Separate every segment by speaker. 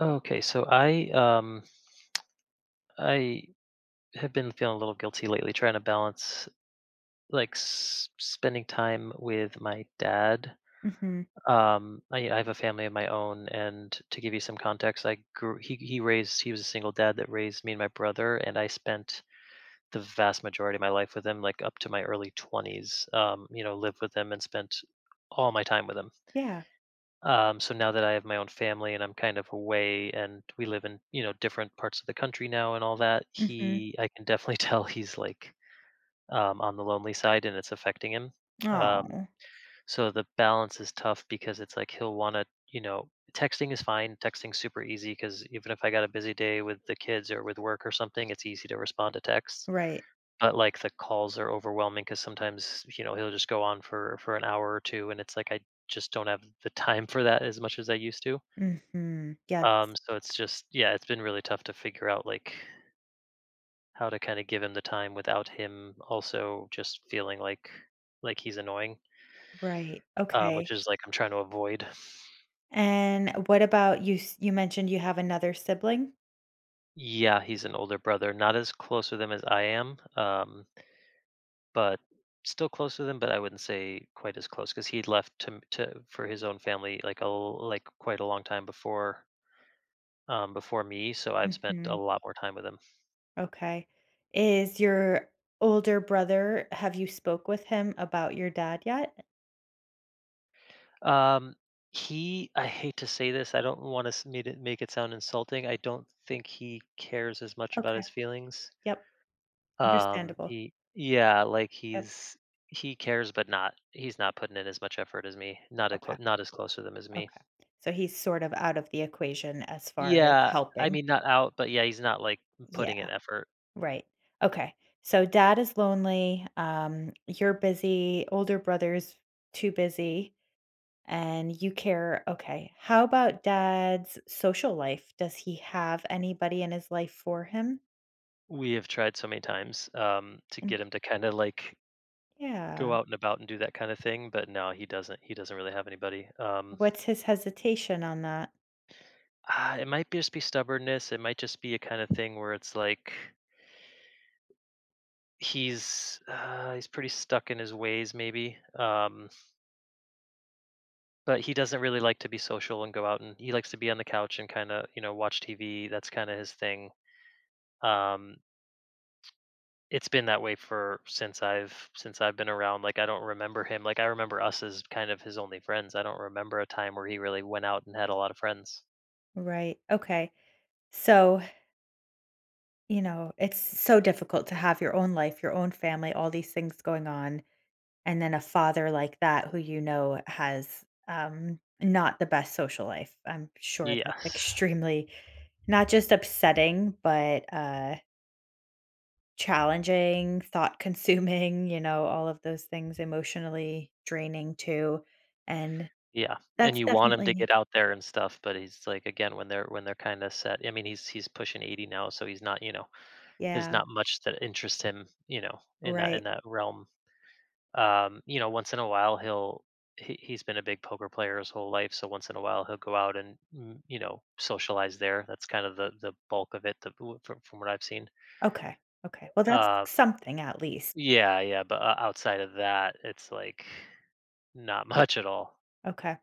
Speaker 1: Okay, so I have been feeling a little guilty lately trying to balance like spending time with my dad.
Speaker 2: Mhm.
Speaker 1: I have a family of my own, and to give you some context, I grew he raised he was a single dad that raised me and my brother, and I spent the vast majority of my life with him, like up to my early 20s. You know, lived with him and spent all my time with him.
Speaker 2: Yeah.
Speaker 1: So now that I have my own family and I'm kind of away and we live in, you know, different parts of the country now and all that,
Speaker 2: Mhm.
Speaker 1: he I can definitely tell he's like on the lonely side and it's affecting him. Um
Speaker 2: Oh,
Speaker 1: so the balance is tough because it's like he'll want to, you know, texting is fine. Texting's super easy cuz even if I got a busy day with the kids or with work or something, it's easy to respond to texts.
Speaker 2: right.
Speaker 1: But like the calls are overwhelming cuz sometimes, you know, he'll just go on for an hour or two and it's like I just don't have the time for that as much as I used to.
Speaker 2: Mhm. Yes,
Speaker 1: So it's just yeah, it's been really tough to figure out like how to kind of give him the time without him also just feeling like he's annoying,
Speaker 2: right.
Speaker 1: which
Speaker 2: Okay.
Speaker 1: is like I'm trying to avoid.
Speaker 2: And what about you s you mentioned you have another sibling?
Speaker 1: Yeah, he's an older brother, not as close with him as I am, but still close with him. But I wouldn't say quite as close because he left to for his own family like like quite a long time before, before me. So I've spent a
Speaker 2: Mhm.
Speaker 1: lot more time with him.
Speaker 2: Okay. Is your older brother, have you spoke with him about your dad yet?
Speaker 1: Um, he I hate to say this, I don't want to make it sound insulting. I don't think he cares as much about
Speaker 2: Okay.
Speaker 1: his feelings.
Speaker 2: Yep. Understandable.
Speaker 1: He Yeah, like
Speaker 2: Yep.
Speaker 1: he cares, but not he's not putting in as much effort as me.
Speaker 2: Okay.
Speaker 1: Not as close with him as me.
Speaker 2: Okay. So he's sort of out of the equation as far as
Speaker 1: Yeah, I
Speaker 2: helping.
Speaker 1: mean not out, but yeah, he's not like putting
Speaker 2: Yeah.
Speaker 1: in effort.
Speaker 2: Right. Okay. So dad is lonely. You're busy. Older brother's too busy, and you care. Okay. How about dad's social life? Does he have anybody in his life for him?
Speaker 1: We have tried so many times, to
Speaker 2: And
Speaker 1: get him to kind of like go
Speaker 2: yeah,
Speaker 1: out and about and do that kind of thing, but no, he doesn't. He doesn't really have anybody.
Speaker 2: what's his hesitation on that?
Speaker 1: Ah, it might be just be stubbornness. It might just be a kind of thing where it's like he's pretty stuck in his ways, maybe. But he doesn't really like to be social and go out, and he likes to be on the couch and kind of, you know, watch TV. That's kind of his thing. Um, it's been that way for since I've been around. Like I don't remember him. Like I remember us as kind of his only friends. I don't remember a time where he really went out and had a lot of friends.
Speaker 2: Right. Okay. So, you know, it's so difficult to have your own life, your own family, all these things going on. And then a father like that who, you know, has, not the best social life. I'm sure that's
Speaker 1: Yes.
Speaker 2: extremely not just upsetting, but, challenging, thought consuming, you know, all of those things, emotionally draining too, and
Speaker 1: Yeah, and
Speaker 2: that's
Speaker 1: you want him to get
Speaker 2: definitely.
Speaker 1: out there and stuff, but he's like again when they're kind of set. I mean, he's pushing 80 now, so he's not, you know, there's
Speaker 2: Yeah,
Speaker 1: not much that interests him, you know, in
Speaker 2: right.
Speaker 1: that realm. You know, once in a while he's been a big poker player his whole life, so once in a while he'll go out and you know, socialize there. That's kind of the bulk of it from what I've seen.
Speaker 2: Okay, okay. Well, that's
Speaker 1: Um,
Speaker 2: something at least.
Speaker 1: yeah, yeah, but outside of that, it's like not much at all.
Speaker 2: Okay.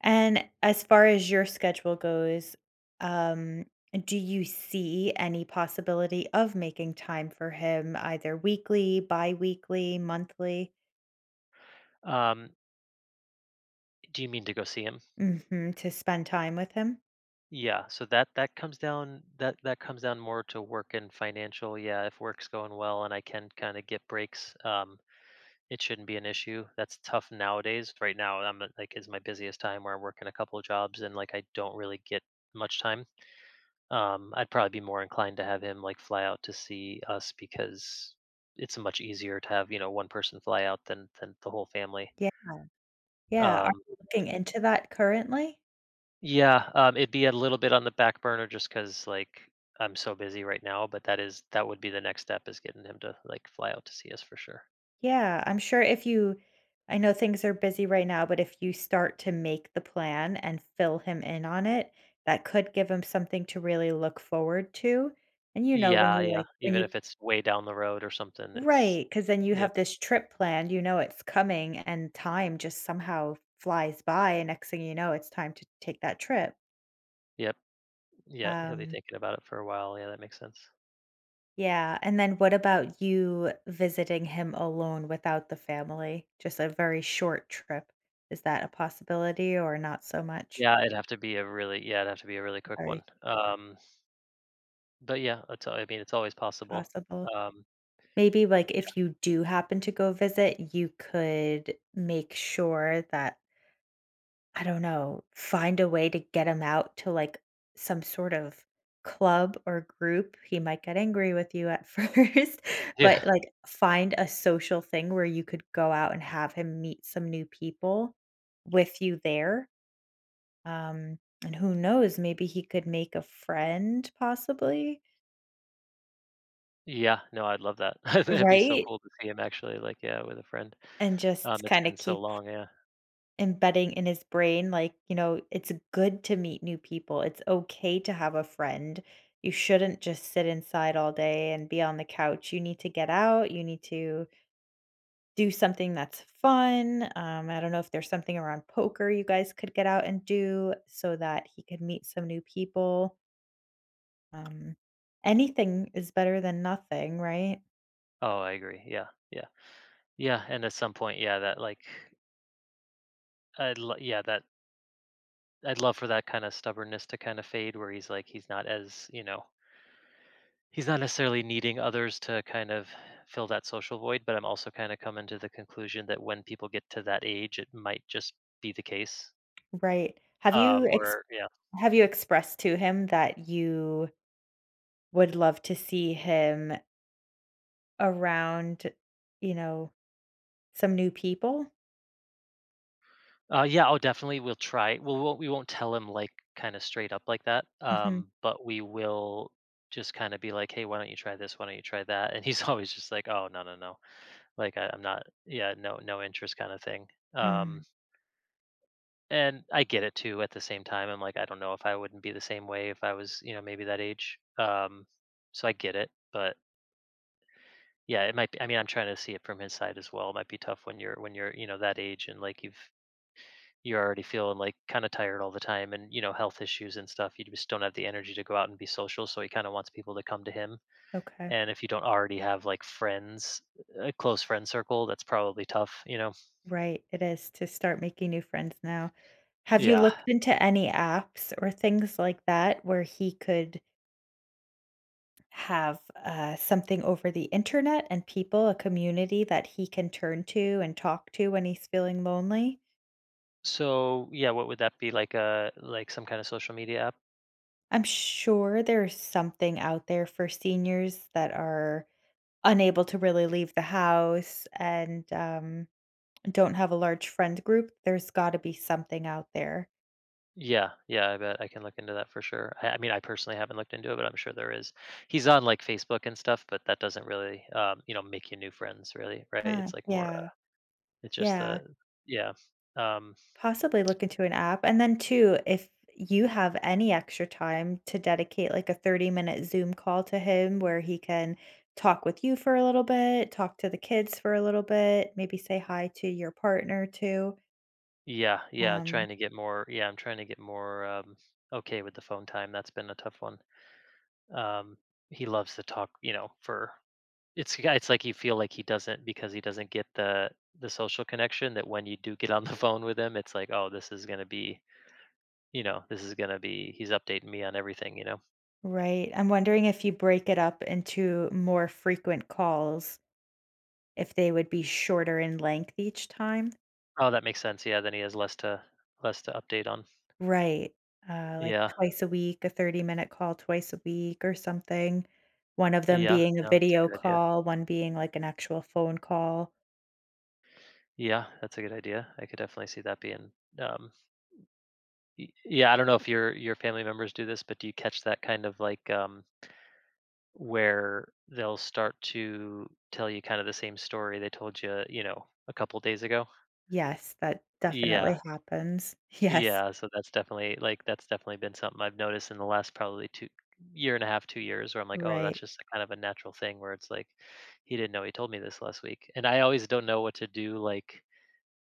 Speaker 2: And as far as your schedule goes, um, do you see any possibility of making time for him either weekly, bi-weekly, monthly,
Speaker 1: Um, do you mean to go see him?
Speaker 2: mhm, to spend time with him?
Speaker 1: Yeah, so that that comes down more to work and financial. Yeah, if work's going well and I can kind of get breaks, it shouldn't be an issue. That's tough nowadays. Right now, I'm at, like is my busiest time where I'm working a couple of jobs and like I don't really get much time. I'd probably be more inclined to have him like fly out to see us because it's much easier to have, you know, one person fly out than the whole family.
Speaker 2: Yeah. Yeah, are
Speaker 1: Um,
Speaker 2: you looking into that currently?
Speaker 1: Yeah, it'd be a little bit on the back burner just because, like, I'm so busy right now, but that would be the next step, is getting him to, like, fly out to see us for sure.
Speaker 2: Yeah, I'm sure if you, I know things are busy right now, but if you start to make the plan and fill him in on it, that could give him something to really look forward to. And you know, when
Speaker 1: Yeah,
Speaker 2: you
Speaker 1: yeah,
Speaker 2: like when
Speaker 1: even
Speaker 2: you.
Speaker 1: if it's way down the road or something, it's
Speaker 2: Right, because then you
Speaker 1: Yep,
Speaker 2: have this trip planned, you know it's coming, and time just somehow flies by, and next thing you know, it's time to take that trip.
Speaker 1: yep, yeah, he'll be
Speaker 2: Um,
Speaker 1: thinking about it for a while, yeah, that makes sense.
Speaker 2: yeah, and then what about you visiting him alone without the family? Just a very short trip. Is that a possibility or not so much?
Speaker 1: Yeah, it'd have to be a really yeah, it'd have to be a really quick one,
Speaker 2: Very
Speaker 1: but yeah, it's I mean, it's always possible,
Speaker 2: possible.
Speaker 1: um,
Speaker 2: Maybe, like,
Speaker 1: yeah,
Speaker 2: if you do happen to go visit, you could make sure that, I don't know, find a way to get him out to, like, some sort of club or group. He might get angry with you at first,
Speaker 1: yeah,
Speaker 2: but, like, find a social thing where you could go out and have him meet some new people with you there. Um, and who knows, maybe he could make a friend possibly,
Speaker 1: yeah, no, I'd love that. It would be so
Speaker 2: right?
Speaker 1: cool to see him actually, like, yeah, with a friend.
Speaker 2: And just
Speaker 1: It's
Speaker 2: kinda
Speaker 1: been so
Speaker 2: keep
Speaker 1: long, yeah.
Speaker 2: embedding in his brain, like, you know, it's good to meet new people. It's okay to have a friend. You shouldn't just sit inside all day and be on the couch. You need to get out. You need to do something that's fun. I don't know if there's something around poker you guys could get out and do so that he could meet some new people. Um, Anything is better than nothing, right?
Speaker 1: Oh, I agree. Yeah, yeah, yeah. And at some point, yeah, yeah, that I'd love for that kind of stubbornness to kind of fade, where he's not as you know, he's not necessarily needing others to kind of fill that social void. But I'm also kind of coming to the conclusion that when people get to that age, it might just be the case.
Speaker 2: Right.
Speaker 1: Where yeah,
Speaker 2: Have you expressed to him that you would love to see him around, you know, some new people?
Speaker 1: yeah, oh, definitely, we'll try. We won't tell him like kind of straight up like that.
Speaker 2: Mhm,
Speaker 1: But we will just kind of be like, hey, why don't you try this? Why don't you try that? And he's always just like, oh, no, no, no. Like, I'm not yeah, no interest kinda thing. Um,
Speaker 2: mm,
Speaker 1: and I get it too at the same time, I'm like, I don't know if I wouldn't be the same way if I was, you know, maybe that age. So I get it, but yeah, it might be I mean, I'm trying to see it from his side as well. It might be tough when you're, you know, that age and, like, you're already feeling, like, kinda tired all the time and, you know, health issues and stuff. You just don't have the energy to go out and be social, so he kinda wants people to come to him,
Speaker 2: okay.
Speaker 1: and if you don't already have, like, friends, a close friend circle, that's probably tough, you know?
Speaker 2: Right, it is to start making new friends now. Have you
Speaker 1: Yeah.
Speaker 2: looked into any apps or things like that where he could have, something over the internet and people, a community that he can turn to and talk to when he's feeling lonely?
Speaker 1: So, yeah, what would that be like a like some kind of social media app?
Speaker 2: I'm sure there's something out there for seniors that are unable to really leave the house and, don't have a large friend group. There's gotta be something out there.
Speaker 1: Yeah, yeah, I bet I can look into that for sure. I mean, I personally haven't looked into it, but I'm sure there is. He's on like Facebook and stuff, but that doesn't really, you know, make you new friends, really, right?
Speaker 2: Ah,
Speaker 1: It's like more,
Speaker 2: yeah,
Speaker 1: it's just
Speaker 2: yeah.
Speaker 1: yeah, um,
Speaker 2: Possibly look into an app, and then too, if you have any extra time to dedicate, like, a 30-minute Zoom call to him where he can talk with you for a little bit, talk to the kids for a little bit, maybe say hi to your partner too.
Speaker 1: yeah, yeah. Trying
Speaker 2: Um,
Speaker 1: to get more, yeah, I'm trying to get more okay with the phone time. That's been a tough one. Um, he loves to talk, you know, for It's yeah, it's like you feel like he doesn't because he doesn't get the social connection that when you do get on the phone with him, it's like, "Oh, this is gonna be, you know, this is gonna be he's updating me on everything," you know?
Speaker 2: right, I'm wondering if you break it up into more frequent calls, if they would be shorter in length each time?
Speaker 1: Oh, that makes sense, yeah, then he has less to update on.
Speaker 2: Right. Like
Speaker 1: Yeah,
Speaker 2: twice a week, a 30-minute call twice a week or something. One of them
Speaker 1: yeah,
Speaker 2: being a
Speaker 1: no, that's a
Speaker 2: video
Speaker 1: good idea.
Speaker 2: call, one being like an actual phone call.
Speaker 1: Yeah, that's a good idea. I could definitely see that being, um Y yeah, I don't know if your family members do this, but do you catch that kind of, like, where they'll start to tell you kinda the same story they told you, you know, a couple days ago?
Speaker 2: Yes, that definitely
Speaker 1: Yeah,
Speaker 2: happens. Yes,
Speaker 1: yeah, so that's definitely like, that's definitely been something I've noticed in the last probably 2 year and a half, 2 years where I'm like, "Oh, that's
Speaker 2: right.
Speaker 1: just a kind of a natural thing where it's like, he didn't know he told me this last week." And I always don't know what to do, like,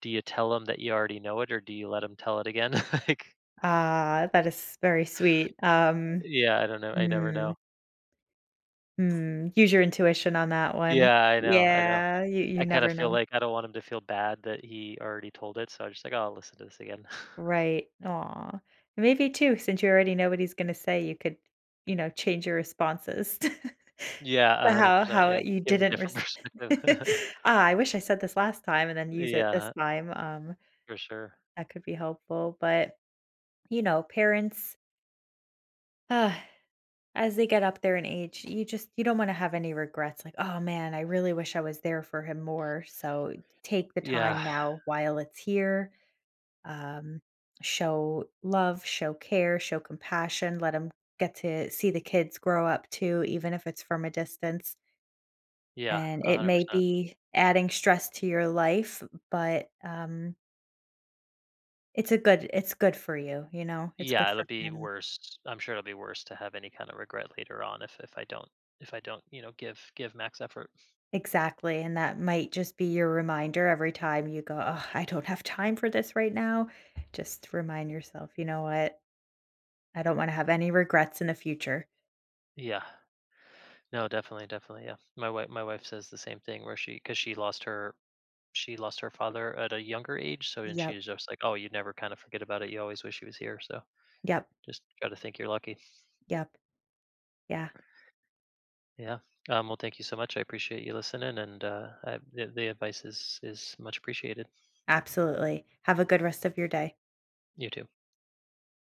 Speaker 1: do you tell him that you already know it or do you let him tell it again? Like
Speaker 2: Ah, that is very sweet.
Speaker 1: yeah, I don't know, I never
Speaker 2: Mm,
Speaker 1: know.
Speaker 2: mm, use your intuition on that one.
Speaker 1: Yeah, I know, I know.
Speaker 2: Yeah, you
Speaker 1: I kinda
Speaker 2: never
Speaker 1: feel
Speaker 2: know.
Speaker 1: like I don't want him to feel bad that he already told it, so I'm just like, "Oh, I'll listen to this again."
Speaker 2: Right. Aw. Maybe too, since you already know what he's gonna say, you could, you know, change your responses
Speaker 1: Yeah,
Speaker 2: to how
Speaker 1: 100%, yeah.
Speaker 2: you
Speaker 1: Give him a
Speaker 2: didn't
Speaker 1: different
Speaker 2: res.
Speaker 1: perspective.
Speaker 2: "Ah, I wish I said this last time," and then use it this
Speaker 1: Yeah,
Speaker 2: time,
Speaker 1: for sure.
Speaker 2: that could be helpful, but, you know, parents, uh, as they get up there in age, you just you don't wanna have any regrets, like, "Oh, man, I really wish I was there for him more," so take the time
Speaker 1: Yeah.
Speaker 2: now while it's here. um, Show love, show care, show compassion, let them get to see the kids grow up too, even if it's from a distance.
Speaker 1: Yeah,
Speaker 2: And it may
Speaker 1: 100%.
Speaker 2: be adding stress to your life, but it's a good, it's good for you, you know, it's good
Speaker 1: Yeah, it'll
Speaker 2: for
Speaker 1: be
Speaker 2: him.
Speaker 1: worse. I'm sure it'll be worse to have any kind of regret later on if I don't you know, give max effort.
Speaker 2: Exactly. And that might just be your reminder every time you go, oh, I don't have time for this right now. Just remind yourself, you know what? I don't want to have any regrets in the future.
Speaker 1: Yeah. No, definitely, definitely. Yeah. My wife says the same thing where she cuz she lost her father at a younger age, so then
Speaker 2: Yep.
Speaker 1: she's just like, "Oh, you never kind of forget about it. You always wish he was here." So,
Speaker 2: Yep.
Speaker 1: just try to think you're lucky.
Speaker 2: Yep. Yeah.
Speaker 1: Yeah. Well, thank you so much. I appreciate you listening and the advice is much appreciated.
Speaker 2: Absolutely. Have a good rest of your day.
Speaker 1: You too.